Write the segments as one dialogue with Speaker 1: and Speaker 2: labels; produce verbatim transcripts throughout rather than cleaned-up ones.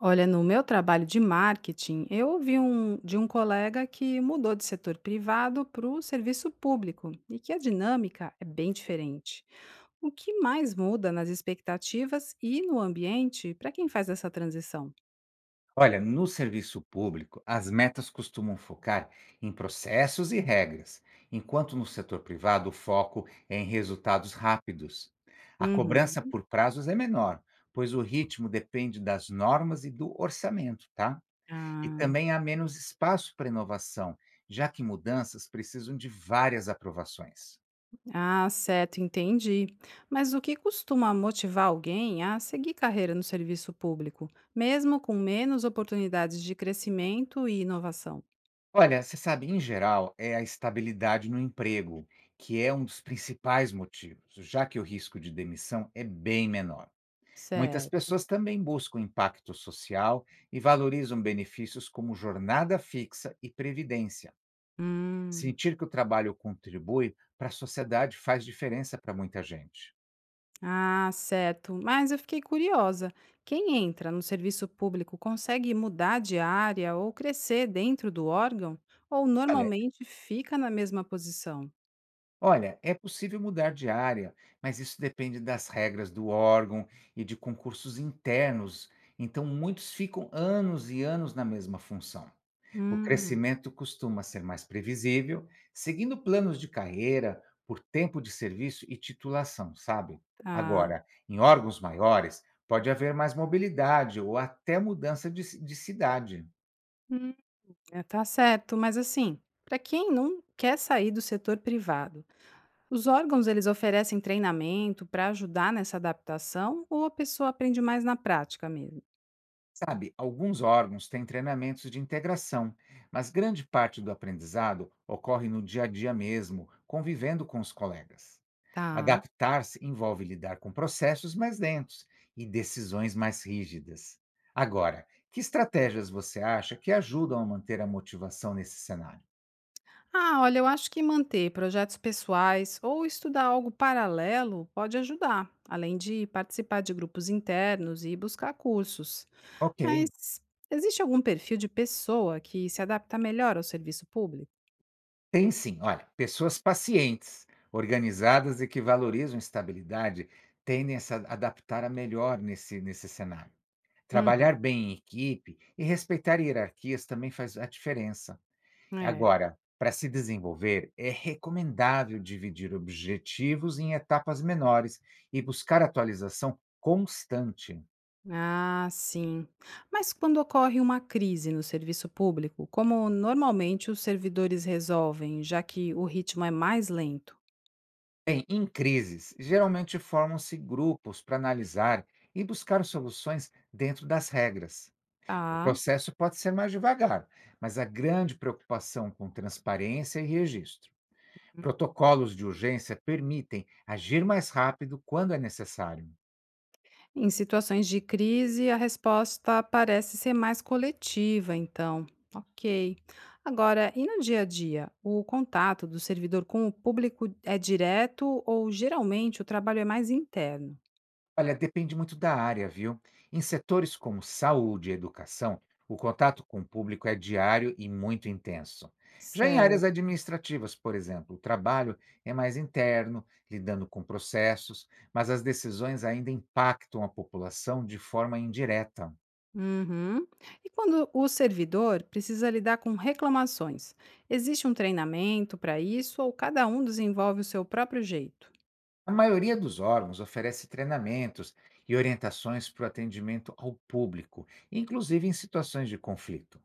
Speaker 1: Olha, no meu trabalho de marketing, eu ouvi um, de um colega que mudou de setor privado para o serviço público e que a dinâmica é bem diferente. O que mais muda nas expectativas e no ambiente para quem faz essa transição?
Speaker 2: Olha, no serviço público, as metas costumam focar em processos e regras, enquanto no setor privado o foco é em resultados rápidos. A
Speaker 1: Uhum.
Speaker 2: cobrança por prazos é menor, pois o ritmo depende das normas e do orçamento, tá? E
Speaker 1: Ah,
Speaker 2: também há menos espaço para inovação, já que mudanças precisam de várias aprovações.
Speaker 1: ah, certo, entendi. Mas o que costuma motivar alguém a seguir carreira no serviço público, mesmo com menos oportunidades de crescimento e inovação?
Speaker 2: Olha, você sabe, em geral, é a estabilidade no emprego, que é um dos principais motivos, já que o risco de demissão é bem menor. Muitas
Speaker 1: Certo.
Speaker 2: pessoas também buscam impacto social e valorizam benefícios como jornada fixa e previdência.
Speaker 1: Hum.
Speaker 2: Sentir que o trabalho contribui para a sociedade faz diferença para muita gente.
Speaker 1: Ah, certo. Mas eu fiquei curiosa. Quem entra no serviço público consegue mudar de área ou crescer dentro do órgão? Ou
Speaker 2: Olha,
Speaker 1: normalmente fica na mesma posição?
Speaker 2: Olha, é possível mudar de área, mas isso depende das regras do órgão e de concursos internos, então muitos ficam anos e anos na mesma função. O
Speaker 1: Hum,
Speaker 2: crescimento costuma ser mais previsível, seguindo planos de carreira por tempo de serviço e titulação, sabe?
Speaker 1: tá.
Speaker 2: Agora, em órgãos maiores, pode haver mais mobilidade ou até mudança de, ci- de cidade.
Speaker 1: Hum, é, tá certo. Mas assim, para quem não quer sair do setor privado, os órgãos eles oferecem treinamento para ajudar nessa adaptação ou a pessoa aprende mais na prática mesmo?
Speaker 2: Sabe, alguns órgãos têm treinamentos de integração, mas grande parte do aprendizado ocorre no dia a dia mesmo, convivendo com os colegas.
Speaker 1: Tá.
Speaker 2: Adaptar-se envolve lidar com processos mais lentos e decisões mais rígidas. Agora, que estratégias você acha que ajudam a manter a motivação nesse cenário?
Speaker 1: Ah, olha, eu acho que manter projetos pessoais ou estudar algo paralelo pode ajudar, além de participar de grupos internos e buscar cursos.
Speaker 2: Ok,
Speaker 1: Mas existe algum perfil de pessoa que se adapta melhor ao serviço público?
Speaker 2: tem sim. Olha, pessoas pacientes, organizadas e que valorizam estabilidade tendem a se adaptar a melhor nesse, nesse cenário.
Speaker 1: Uhum.
Speaker 2: Trabalhar bem em equipe e respeitar hierarquias também faz a diferença.
Speaker 1: É.
Speaker 2: Agora, para se desenvolver, é recomendável dividir objetivos em etapas menores e buscar atualização constante.
Speaker 1: Ah, sim. Mas quando ocorre uma crise no serviço público, como normalmente os servidores resolvem, já que o ritmo é mais lento?
Speaker 2: Bem, em crises, geralmente formam-se grupos para analisar e buscar soluções dentro das regras. O
Speaker 1: Ah.
Speaker 2: processo pode ser mais devagar, mas a grande preocupação com transparência e registro. Protocolos de urgência permitem agir mais rápido quando é necessário.
Speaker 1: Em situações de crise, a resposta parece ser mais coletiva, então. Ok. Agora, e no dia a dia, o contato do servidor com o público é direto ou geralmente o trabalho é mais interno?
Speaker 2: Olha, depende muito da área, viu? Em setores como saúde e educação, o contato com o público é diário e muito intenso. Já em
Speaker 1: Certo.
Speaker 2: áreas administrativas, por exemplo, o trabalho é mais interno, lidando com processos, mas as decisões ainda impactam a população de forma indireta.
Speaker 1: Uhum. E quando o servidor precisa lidar com reclamações, existe um treinamento para isso ou cada um desenvolve o seu próprio jeito?
Speaker 2: A maioria dos órgãos oferece treinamentos e orientações para o atendimento ao público, inclusive em situações de conflito.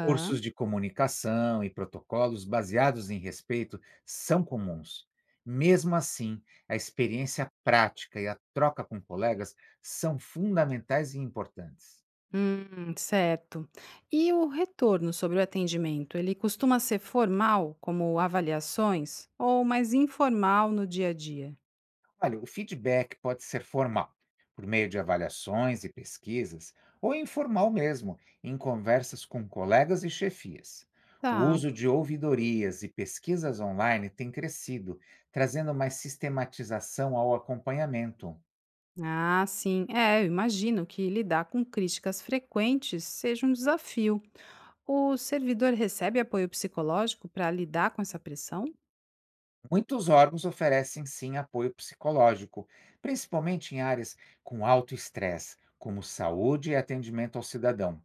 Speaker 2: Cursos de comunicação e protocolos baseados em respeito são comuns. Mesmo assim, a experiência prática e a troca com colegas são fundamentais e importantes.
Speaker 1: Hum, certo. E o retorno sobre o atendimento, ele costuma ser formal, como avaliações, ou mais informal no dia a dia?
Speaker 2: Olha, o feedback pode ser formal, por meio de avaliações e pesquisas, ou informal mesmo, em conversas com colegas e chefias. O
Speaker 1: Tá.
Speaker 2: uso de ouvidorias e pesquisas online tem crescido, trazendo mais sistematização ao acompanhamento.
Speaker 1: Ah, sim. É, eu imagino que lidar com críticas frequentes seja um desafio. O servidor recebe apoio psicológico para lidar com essa pressão?
Speaker 2: Muitos órgãos oferecem sim apoio psicológico, principalmente em áreas com alto estresse, como saúde e atendimento ao cidadão.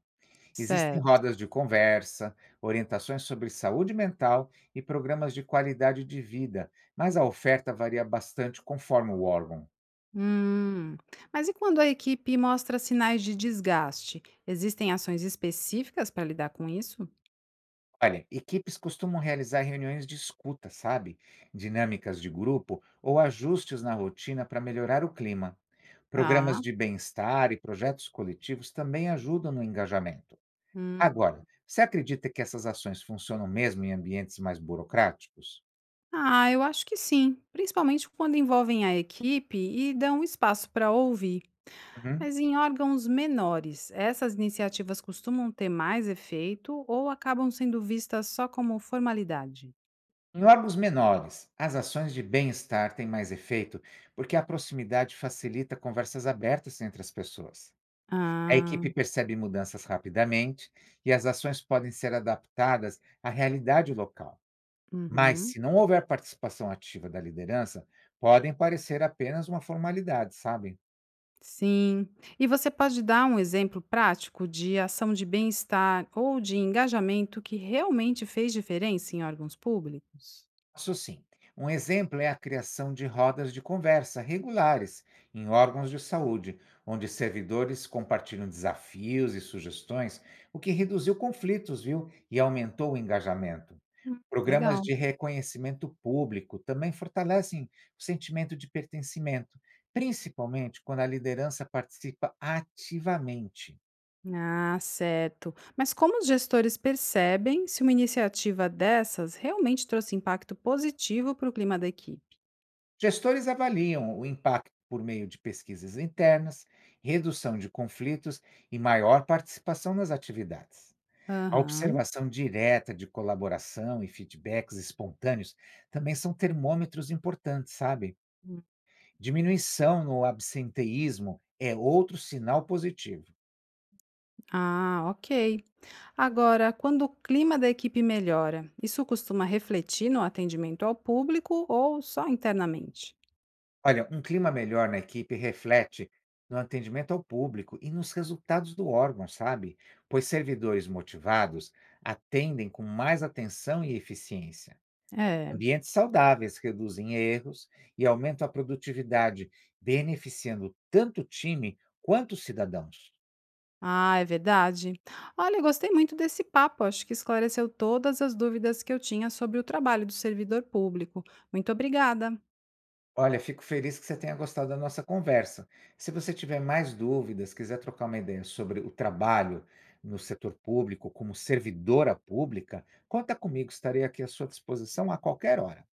Speaker 2: Existem
Speaker 1: Certo.
Speaker 2: rodas de conversa, orientações sobre saúde mental e programas de qualidade de vida, mas a oferta varia bastante conforme o órgão.
Speaker 1: Hum. Mas e quando a equipe mostra sinais de desgaste? Existem ações específicas para lidar com isso?
Speaker 2: Olha, equipes costumam realizar reuniões de escuta, sabe? Dinâmicas de grupo ou ajustes na rotina para melhorar o clima.
Speaker 1: Tá.
Speaker 2: Programas de bem-estar e projetos coletivos também ajudam no engajamento. Agora, você acredita que essas ações funcionam mesmo em ambientes mais burocráticos?
Speaker 1: Ah, eu acho que sim, principalmente quando envolvem a equipe e dão espaço para ouvir.
Speaker 2: Uhum.
Speaker 1: Mas em órgãos menores, essas iniciativas costumam ter mais efeito ou acabam sendo vistas só como formalidade?
Speaker 2: Em órgãos menores, as ações de bem-estar têm mais efeito porque a proximidade facilita conversas abertas entre as pessoas. A
Speaker 1: Ah,
Speaker 2: equipe percebe mudanças rapidamente e as ações podem ser adaptadas à realidade local. Mas,
Speaker 1: uhum.
Speaker 2: se não houver participação ativa da liderança, podem parecer apenas uma formalidade, sabe?
Speaker 1: Sim. E você pode dar um exemplo prático de ação de bem-estar ou de engajamento que realmente fez diferença em órgãos públicos?
Speaker 2: Isso sim. Um exemplo é a criação de rodas de conversa regulares em órgãos de saúde, onde servidores compartilham desafios e sugestões, o que reduziu conflitos, viu? E aumentou o engajamento.
Speaker 1: Hum,
Speaker 2: Programas
Speaker 1: legal.
Speaker 2: de reconhecimento público também fortalecem o sentimento de pertencimento, principalmente quando a liderança participa ativamente.
Speaker 1: Ah, certo. Mas como os gestores percebem se uma iniciativa dessas realmente trouxe impacto positivo para o clima da equipe?
Speaker 2: Gestores avaliam o impacto por meio de pesquisas internas, redução de conflitos e maior participação nas atividades. A
Speaker 1: Aham.
Speaker 2: observação direta de colaboração e feedbacks espontâneos também são termômetros importantes, sabe?
Speaker 1: Hum.
Speaker 2: Diminuição no absenteísmo é outro sinal positivo.
Speaker 1: Ah, ok. Agora, quando o clima da equipe melhora, isso costuma refletir no atendimento ao público ou só internamente?
Speaker 2: Olha, um clima melhor na equipe reflete no atendimento ao público e nos resultados do órgão, sabe? Pois servidores motivados atendem com mais atenção e eficiência.
Speaker 1: É.
Speaker 2: Ambientes saudáveis reduzem erros e aumentam a produtividade, beneficiando tanto o time quanto os cidadãos.
Speaker 1: Ah, é verdade. Olha, eu gostei muito desse papo. Acho que esclareceu todas as dúvidas que eu tinha sobre o trabalho do servidor público. Muito obrigada.
Speaker 2: Olha, fico feliz que você tenha gostado da nossa conversa. Se você tiver mais dúvidas, quiser trocar uma ideia sobre o trabalho no setor público como servidora pública, conta comigo, estarei aqui à sua disposição a qualquer hora.